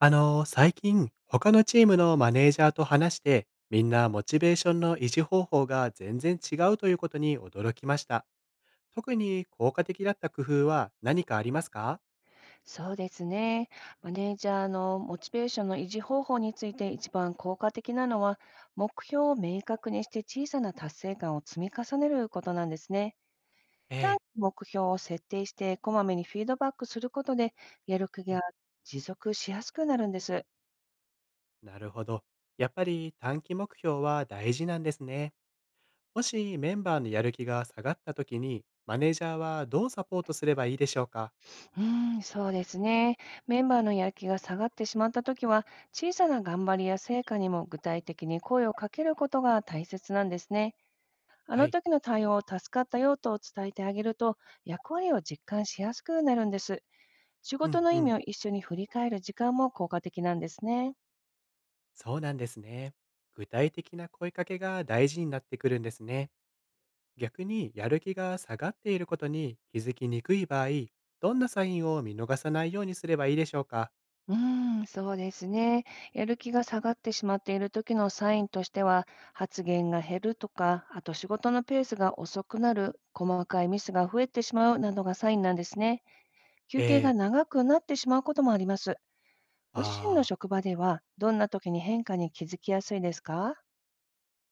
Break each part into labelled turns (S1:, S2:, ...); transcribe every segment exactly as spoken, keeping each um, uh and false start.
S1: あの、最近、他のチームのマネージャーと話して、みんなモチベーションの維持方法が全然違うということに驚きました。特に効果的だった工夫は何かありますか？
S2: そうですね。マネージャーのモチベーションの維持方法について一番効果的なのは、目標を明確にして小さな達成感を積み重ねることなんですね。
S1: え
S2: 短期
S1: え。
S2: 目標を設定して、こまめにフィードバックすることで、やる気
S1: う
S2: が
S1: ん、
S2: 持続しやすくなるんです。
S1: なるほど。やっぱり短期目標は大事なんですね。もしメンバーのやる気が下がった時に、マネージャーはどうサポートすればいいでしょうか？
S2: うーん、そうですね。メンバーのやる気が下がってしまったときは、小さな頑張りや成果にも具体的に声をかけることが大切なんですね。あ
S1: は
S2: の
S1: い。
S2: 時の対応を助かったよと伝えてあげると、役割を実感しやすくなるんです。仕
S1: う
S2: 事
S1: ん
S2: の
S1: う
S2: 意味
S1: ん。
S2: を一緒に振り返る時間も効果的なんですね。
S1: そうなんですね。具体的な声かけが大事になってくるんですね。逆にやる気が下がっていることに気づきにくい場合、どんなサインを見逃さないようにすればいいでしょうか？
S2: うーん、そうですね。やる気が下がってしまっている時のサインとしては、発言が減るとか、あと仕事のペースが遅くなる、細かいミスが増えてしまうなどがサインなんですね。
S1: え
S2: 休憩が
S1: え。
S2: 長くなってしまうこともあります。ご自身の
S1: ああ、
S2: 職場では、どんな時に変化に気づきやすいですか？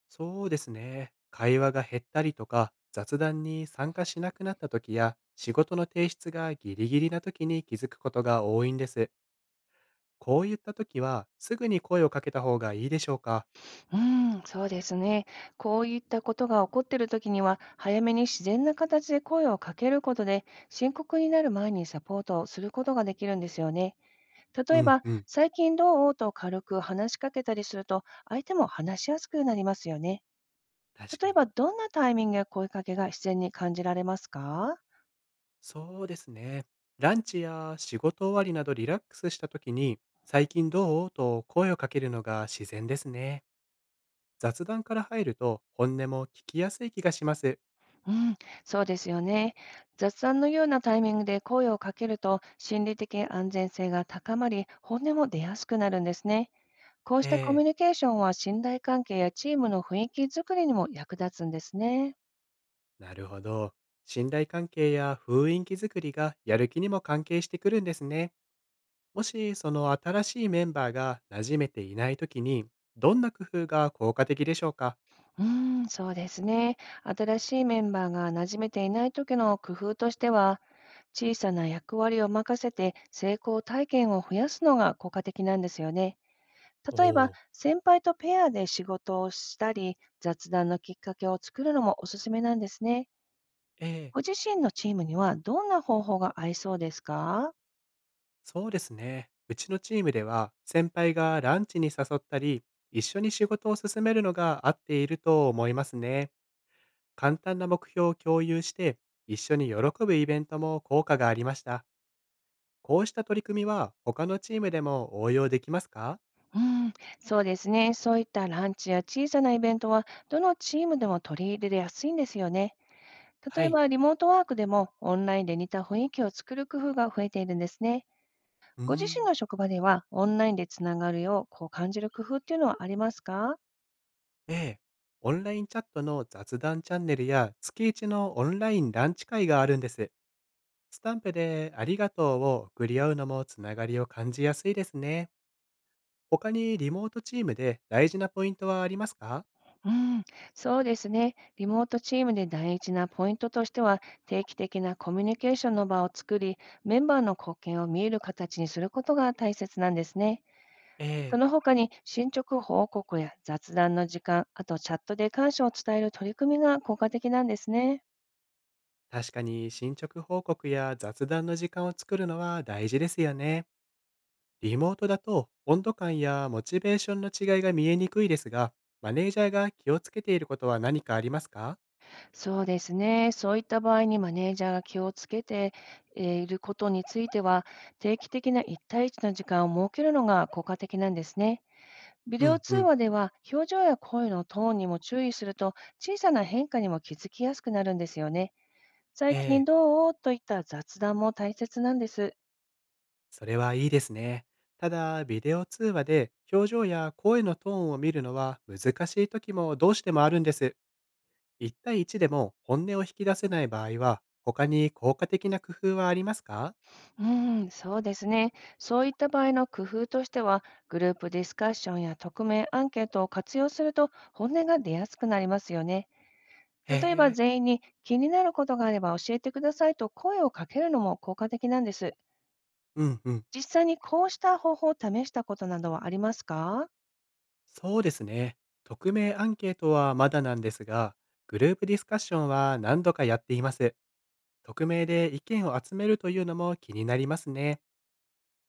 S1: そうですね。会話が減ったりとか、雑談に参加しなくなった時や、仕事の提出がギリギリな時に気づくことが多いんです。こういった時は、すぐに声をかけた方がいいでしょうか？
S2: うん、そうですね。こういったことが起こっているときには、早めに自然な形で声をかけることで、深刻になる前にサポートをすることができるんですよね。例
S1: う
S2: え
S1: ん
S2: ば、
S1: うん、
S2: 最近どうと軽く話しかけたりすると、相手も話しやすくなりますよね。
S1: 確
S2: 例
S1: か
S2: え
S1: に。
S2: ば、どんなタイミングや声かけが自然に感じられますか？
S1: そうですね。ランチや仕事終わりなどリラックスした時に、最近どうと声をかけるのが自然ですね。雑談から入ると本音も聞きやすい気がします。
S2: うん、そうですよね。雑談のようなタイミングで声をかけると、心理的安全性が高まり、本音も出やすくなるんですね。こうし
S1: え
S2: たコミ
S1: え。
S2: ュニケーションは信頼関係やチームの雰囲気づくりにも役立つんですね。
S1: なるほど。信頼関係や雰囲気づくりがやる気にも関係してくるんですね。もしその新しいメンバーが馴染めていない時に、どんな工夫が効果的でしょうか？
S2: うーん、そうですね。新しいメンバーが馴染めていない時の工夫としては、小さな役割を任せて成功体験を増やすのが効果的なんですよね。
S1: お
S2: 例え
S1: お
S2: ば、
S1: ー。
S2: 先輩とペアで仕事をしたり、雑談のきっかけを作るのもおすすめなんですね。
S1: ええ、
S2: ご自身のチームにはどんな方法が合いそうですか？
S1: そうですね。うちのチームでは、先輩がランチに誘ったり、一緒に仕事を進めるのが合っていると思いますね。簡単な目標を共有して、一緒に喜ぶイベントも効果がありました。こうした取り組みは、他のチームでも応用できますか？
S2: うん、そうですね。そういったランチや小さなイベントは、どのチームでも取り入れやすいんですよね。例
S1: は
S2: え
S1: い。
S2: ば、リモートワークでもオンラインで似た雰囲気を作る工夫が増えているんですね。
S1: うー
S2: ご自身
S1: ん。
S2: の職場では、オンラインでつながるよう、こう感じる工夫っていうのはありますか？
S1: ええ。オンラインチャットの雑談チャンネルや、月一のオンラインランチ会があるんです。スタンプでありがとうを送り合うのもつながりを感じやすいですね。他にリモートチームで大事なポイントはありますか？
S2: うん、そうですね。リモートチームで大事なポイントとしては、定期的なコミュニケーションの場を作り、メンバーの貢献を見える形にすることが大切なんですね。
S1: え
S2: そ
S1: え、
S2: の他に進捗報告や雑談の時間、あとチャットで感謝を伝える取り組みが効果的なんですね。
S1: 確かに進捗報告や雑談の時間を作るのは大事ですよね。リモートだと温度感やモチベーションの違いが見えにくいですが、マネージャーが気をつけていることは何かありますか？
S2: そうですね。そういった場合にマネージャーが気をつけてえーいることについては、定期的ないちたいいちの時間を設けるのが効果的なんですね。ビ
S1: う
S2: デオ
S1: んう
S2: 通
S1: ん。
S2: 話では表情や声のトーンにも注意すると小さな変化にも気づきやすくなるんですよね。最
S1: え
S2: 近
S1: え、
S2: どうといった雑談も大切なんです。
S1: それはいいですね。ただ、ビデオ通話で表情や声のトーンを見るのは難しい時もどうしてもあるんです。いち対いちでも本音を引き出せない場合は、他に効果的な工夫はありますか？
S2: うん、そうですね。そういった場合の工夫としては、グループディスカッションや匿名アンケートを活用すると本音が出やすくなりますよね。
S1: へ
S2: 例えば
S1: え、
S2: 全員に気になることがあれば教えてくださいと声をかけるのも効果的なんです。
S1: うんうん。
S2: 実際にこうした方法を試したことなどはありますか？
S1: そうですね。匿名アンケートはまだなんですが、グループディスカッションは何度かやっています。匿名で意見を集めるというのも気になりますね。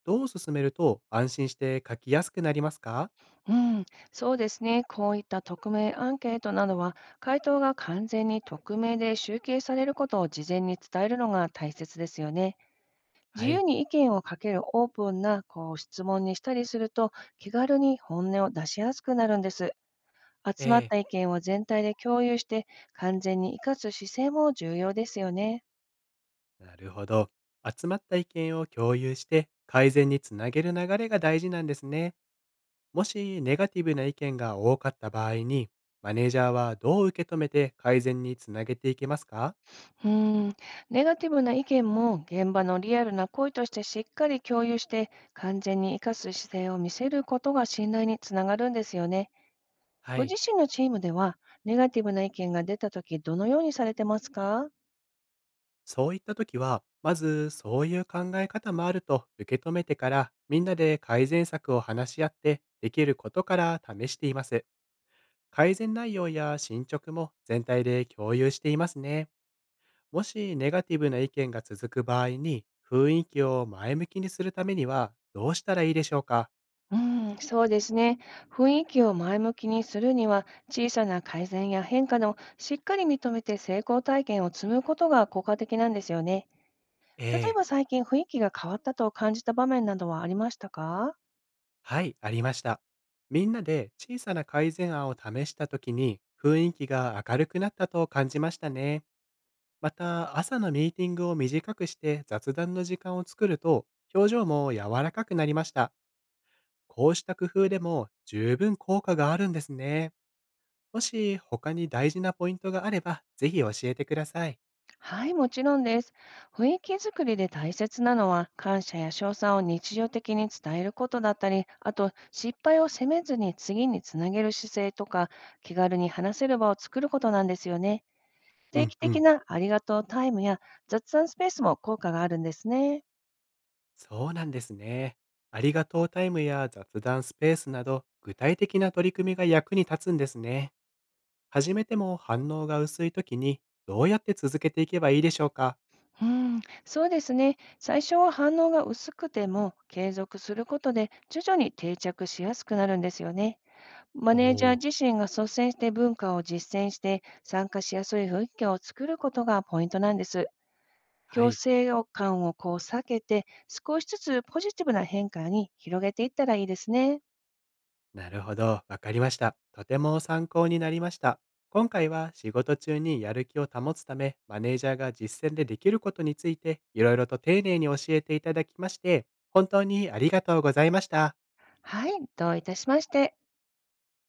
S1: どう進めると安心して書きやすくなりますか？
S2: うん、そうですね。こういった匿名アンケートなどは、回答が完全に匿名で集計されることを事前に伝えるのが大切ですよね。自
S1: は
S2: 由
S1: い。
S2: に意見をかけるオープンなこう質問にしたりすると、気軽に本音を出しやすくなるんです。集まっ
S1: ええ、
S2: た意見を全体で共有して、完全に活かす姿勢も重要ですよね。
S1: なるほど。集まった意見を共有して改善につなげる流れが大事なんですね。もしネガティブな意見が多かった場合に、マネージャーはどう受け止めて改善につなげていけますか？
S2: うーん、ネガティブな意見も現場のリアルな声としてしっかり共有して完全に活かす姿勢を見せることが信頼につながるんですよね。
S1: は
S2: ご
S1: い。
S2: 自身のチームではネガティブな意見が出たときどのようにされてますか？
S1: そういった時は、まずそういう考え方もあると受け止めてから、みんなで改善策を話し合って、できることから試しています。改善内容や進捗も全体で共有していますね。もしネガティブな意見が続く場合に、雰囲気を前向きにするためにはどうしたらいいでしょうか？
S2: うん、そうですね。雰囲気を前向きにするには、小さな改善や変化でもしっかり認めて成功体験を積むことが効果的なんですよね。
S1: え
S2: 例え
S1: え。
S2: ば最近雰囲気が変わったと感じた場面などはありましたか？
S1: はい、ありました。みんなで小さな改善案を試した時に雰囲気が明るくなったと感じましたね。また、朝のミーティングを短くして雑談の時間を作ると、表情も柔らかくなりました。こうした工夫でも十分効果があるんですね。もし他に大事なポイントがあれば、ぜひ教えてください。
S2: はい、もちろんです。雰囲気づくりで大切なのは、感謝や称賛を日常的に伝えることだったり、あと失敗を責めずに次につなげる姿勢とか、気軽に話せる場を作ることなんですよね。
S1: う
S2: 定
S1: ん
S2: 期
S1: う
S2: 的
S1: ん、
S2: なありがとうタイムや雑談スペースも効果があるんですね。
S1: そうなんですね。ありがとうタイムや雑談スペースなど、具体的な取り組みが役に立つんですね。始めても反応が薄い時にどうやって続けていけばいいでしょうか？
S2: うん、そうですね。最初は反応が薄くても継続することで徐々に定着しやすくなるんですよね。マ
S1: お
S2: ネージ
S1: お
S2: ャ
S1: ー、
S2: ー自身が率先して文化を実践して参加しやすい雰囲気を作ることがポイントなんです。
S1: は
S2: 強
S1: い。
S2: 制感をこう避けて少しずつポジティブな変化に広げていったらいいですね。
S1: なるほど。わかりました。とても参考になりました。今回は仕事中にやる気を保つため、マネージャーが実践でできることについて、いろいろと丁寧に教えていただきまして、本当にありがとうございました。
S2: はい、どういたしまして。